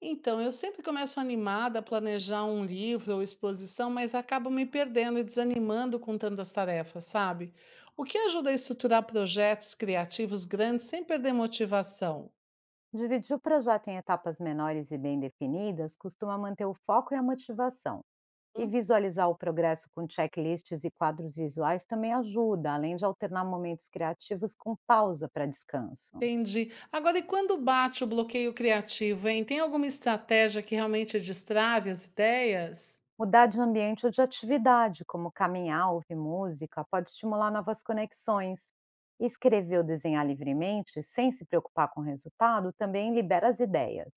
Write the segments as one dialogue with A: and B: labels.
A: Então, eu sempre começo animada a planejar um livro ou exposição, mas acabo me perdendo e desanimando com tantas tarefas, sabe? O que ajuda a estruturar projetos criativos grandes sem perder motivação?
B: Dividir o projeto em etapas menores e bem definidas costuma manter o foco e a motivação. E
A: Hum.
B: visualizar o progresso com checklists e quadros visuais também ajuda, além de alternar momentos criativos com pausa para descanso.
A: Entendi. Agora, e quando bate o bloqueio criativo, hein? Tem alguma estratégia que realmente destrave as ideias?
B: Mudar de ambiente ou de atividade, como caminhar, ouvir música, pode estimular novas conexões. Escrever ou desenhar livremente, sem se preocupar com o resultado, também libera as ideias.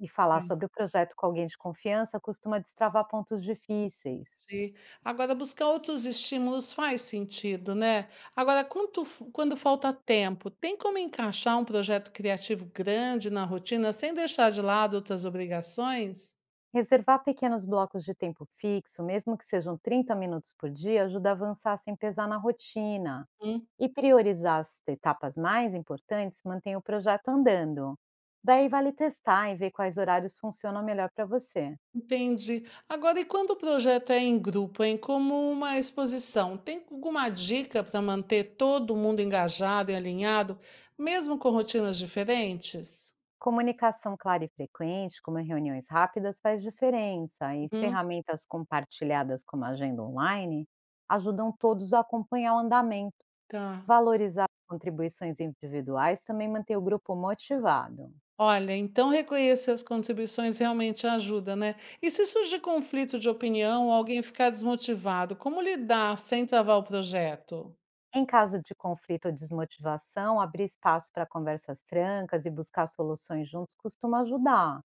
B: E falar sobre o projeto com alguém de confiança costuma destravar pontos difíceis.
A: Sim. Agora buscar outros estímulos faz sentido, né. Agora quanto f quando falta tempo, tem como encaixar um projeto criativo grande na rotina sem deixar de lado outras obrigações?
B: Reservar pequenos blocos de tempo fixo, mesmo que sejam 30 minutos por dia, ajuda a avançar sem pesar na rotina.
A: Hum,
B: E priorizar as etapas mais importantes mantém o projeto andando. Daí vale testar e ver quais horários funcionam melhor para você.
A: entendi. Agora, e quando o projeto é em grupo, hein, como uma exposição, tem alguma dica para manter todo mundo engajado e alinhado, mesmo com rotinas diferentes?
B: Comunicação clara e frequente, como reuniões rápidas, faz diferença, e
A: Uhum,
B: ferramentas compartilhadas como a agenda online ajudam todos a acompanhar o andamento.
A: tá.
B: Valorizar contribuições individuais também mantém o grupo motivado.
A: Olha, então reconhecer as contribuições realmente ajuda, né? E se surge conflito de opinião ou alguém ficar desmotivado, como lidar sem travar o projeto?
B: Em caso de conflito ou desmotivação, abrir espaço para conversas francas e buscar soluções juntos costuma ajudar.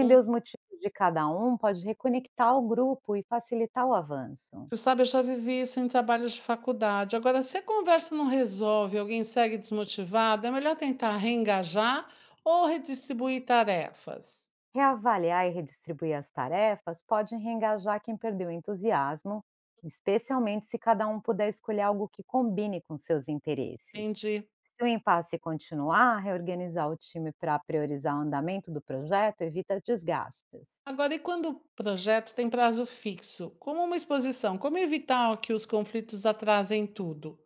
A: Hum.
B: os motivos de cada um pode reconectar o grupo e facilitar o avanço.
A: Você sabe, eu já vivi isso em trabalhos de faculdade. Agora, se a conversa não resolve, alguém segue desmotivado, é melhor tentar reengajar ou redistribuir tarefas.
B: Reavaliar e redistribuir as tarefas pode reengajar quem perdeu o entusiasmo, especialmente se cada um puder escolher algo que combine com seus interesses.
A: Entendi.
B: Se o impasse continuar, reorganizar o time para priorizar o andamento do projeto evita desgastes.
A: Agora, e quando o projeto tem prazo fixo, como uma exposição, como evitar que os conflitos atrasem tudo?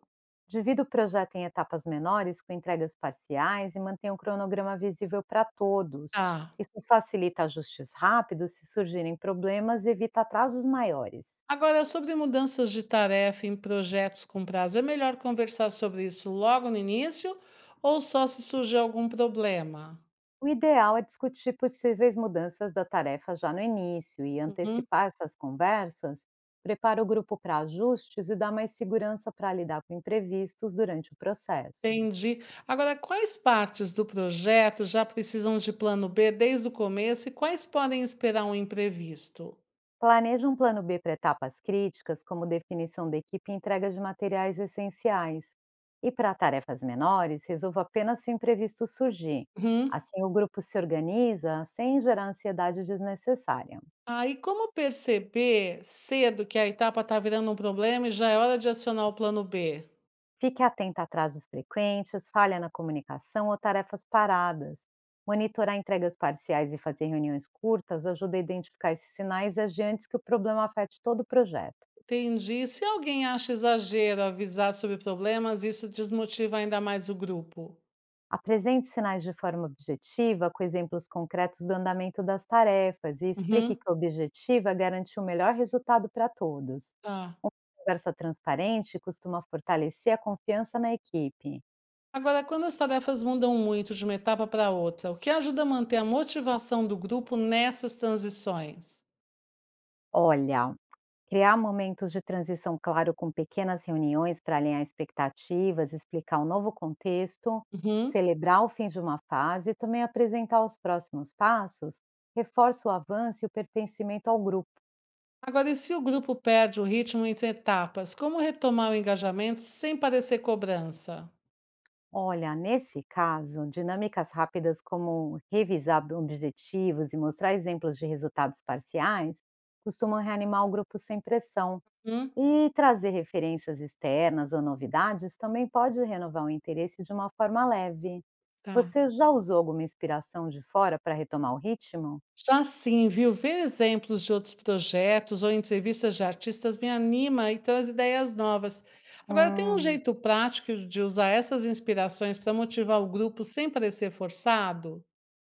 B: Divida o projeto em etapas menores, com entregas parciais e mantenha um cronograma visível para todos.
A: Ah.
B: Isso facilita ajustes rápidos se surgirem problemas e evita atrasos maiores.
A: Agora, sobre mudanças de tarefa em projetos com prazo, é melhor conversar sobre isso logo no início ou só se surgir algum problema?
B: O ideal é discutir possíveis mudanças da tarefa já no início e
A: Uhum,
B: antecipar essas conversas prepara o grupo para ajustes e dá mais segurança para lidar com imprevistos durante o processo.
A: entendi. Agora, quais partes do projeto já precisam de plano B desde o começo e quais podem esperar um imprevisto?
B: Planeje um plano B para etapas críticas, como definição da equipe e entrega de materiais essenciais. E para tarefas menores, resolva apenas se o imprevisto surgir.
A: Uhum.
B: Assim, o grupo se organiza sem gerar ansiedade desnecessária.
A: Aí, como perceber cedo que a etapa está virando um problema e já é hora de acionar o plano B?
B: Fique atento a atrasos frequentes, falha na comunicação ou tarefas paradas. Monitorar entregas parciais e fazer reuniões curtas ajuda a identificar esses sinais e agir antes que o problema afete todo o projeto.
A: Entendi. Se alguém acha exagero avisar sobre problemas, isso desmotiva ainda mais o grupo.
B: Apresente sinais de forma objetiva, com exemplos concretos do andamento das tarefas e explique
A: Uhum,
B: que a objetiva garante o melhor resultado para todos.
A: tá.
B: Uma conversa transparente costuma fortalecer a confiança na equipe.
A: Agora, quando as tarefas mudam muito de uma etapa para outra, o que ajuda a manter a motivação do grupo nessas transições?
B: Olha, criar momentos de transição claro com pequenas reuniões para alinhar expectativas, explicar o novo contexto,
A: Uhum.
B: celebrar o fim de uma fase e também apresentar os próximos passos reforça o avanço e o pertencimento ao grupo.
A: Agora, e se o grupo perde o ritmo entre etapas, como retomar o engajamento sem parecer cobrança?
B: Olha, nesse caso, dinâmicas rápidas como revisar objetivos e mostrar exemplos de resultados parciais costumam reanimar o grupo sem pressão.
A: Hum,
B: E trazer referências externas ou novidades também pode renovar o interesse de uma forma leve.
A: tá.
B: Você já usou alguma inspiração de fora para retomar o ritmo?
A: Já sim, viu? Ver exemplos de outros projetos ou entrevistas de artistas me anima e traz ideias novas. Agora, tem um
B: Hum,
A: jeito prático de usar essas inspirações para motivar o grupo sem parecer forçado?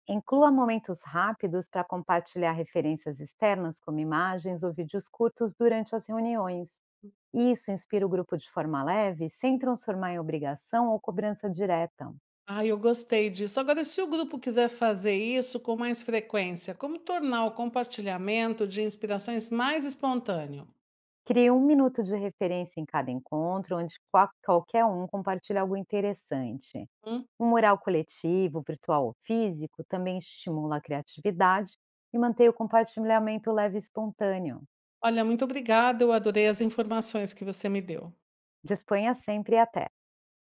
B: Inclua momentos rápidos para compartilhar referências externas, como imagens ou vídeos curtos, durante as reuniões. Isso inspira o grupo de forma leve, sem transformar em obrigação ou cobrança direta.
A: Ah, eu gostei disso. Agora, se o grupo quiser fazer isso com mais frequência, como tornar o compartilhamento de inspirações mais espontâneo?
B: Crie um minuto de referência em cada encontro, onde qualquer um compartilha algo interessante.
A: Hum?
B: Um mural coletivo, virtual ou físico, também estimula a criatividade e mantém o compartilhamento leve e espontâneo.
A: Olha, muito obrigada, eu adorei as informações que você me deu.
B: Disponha sempre e até!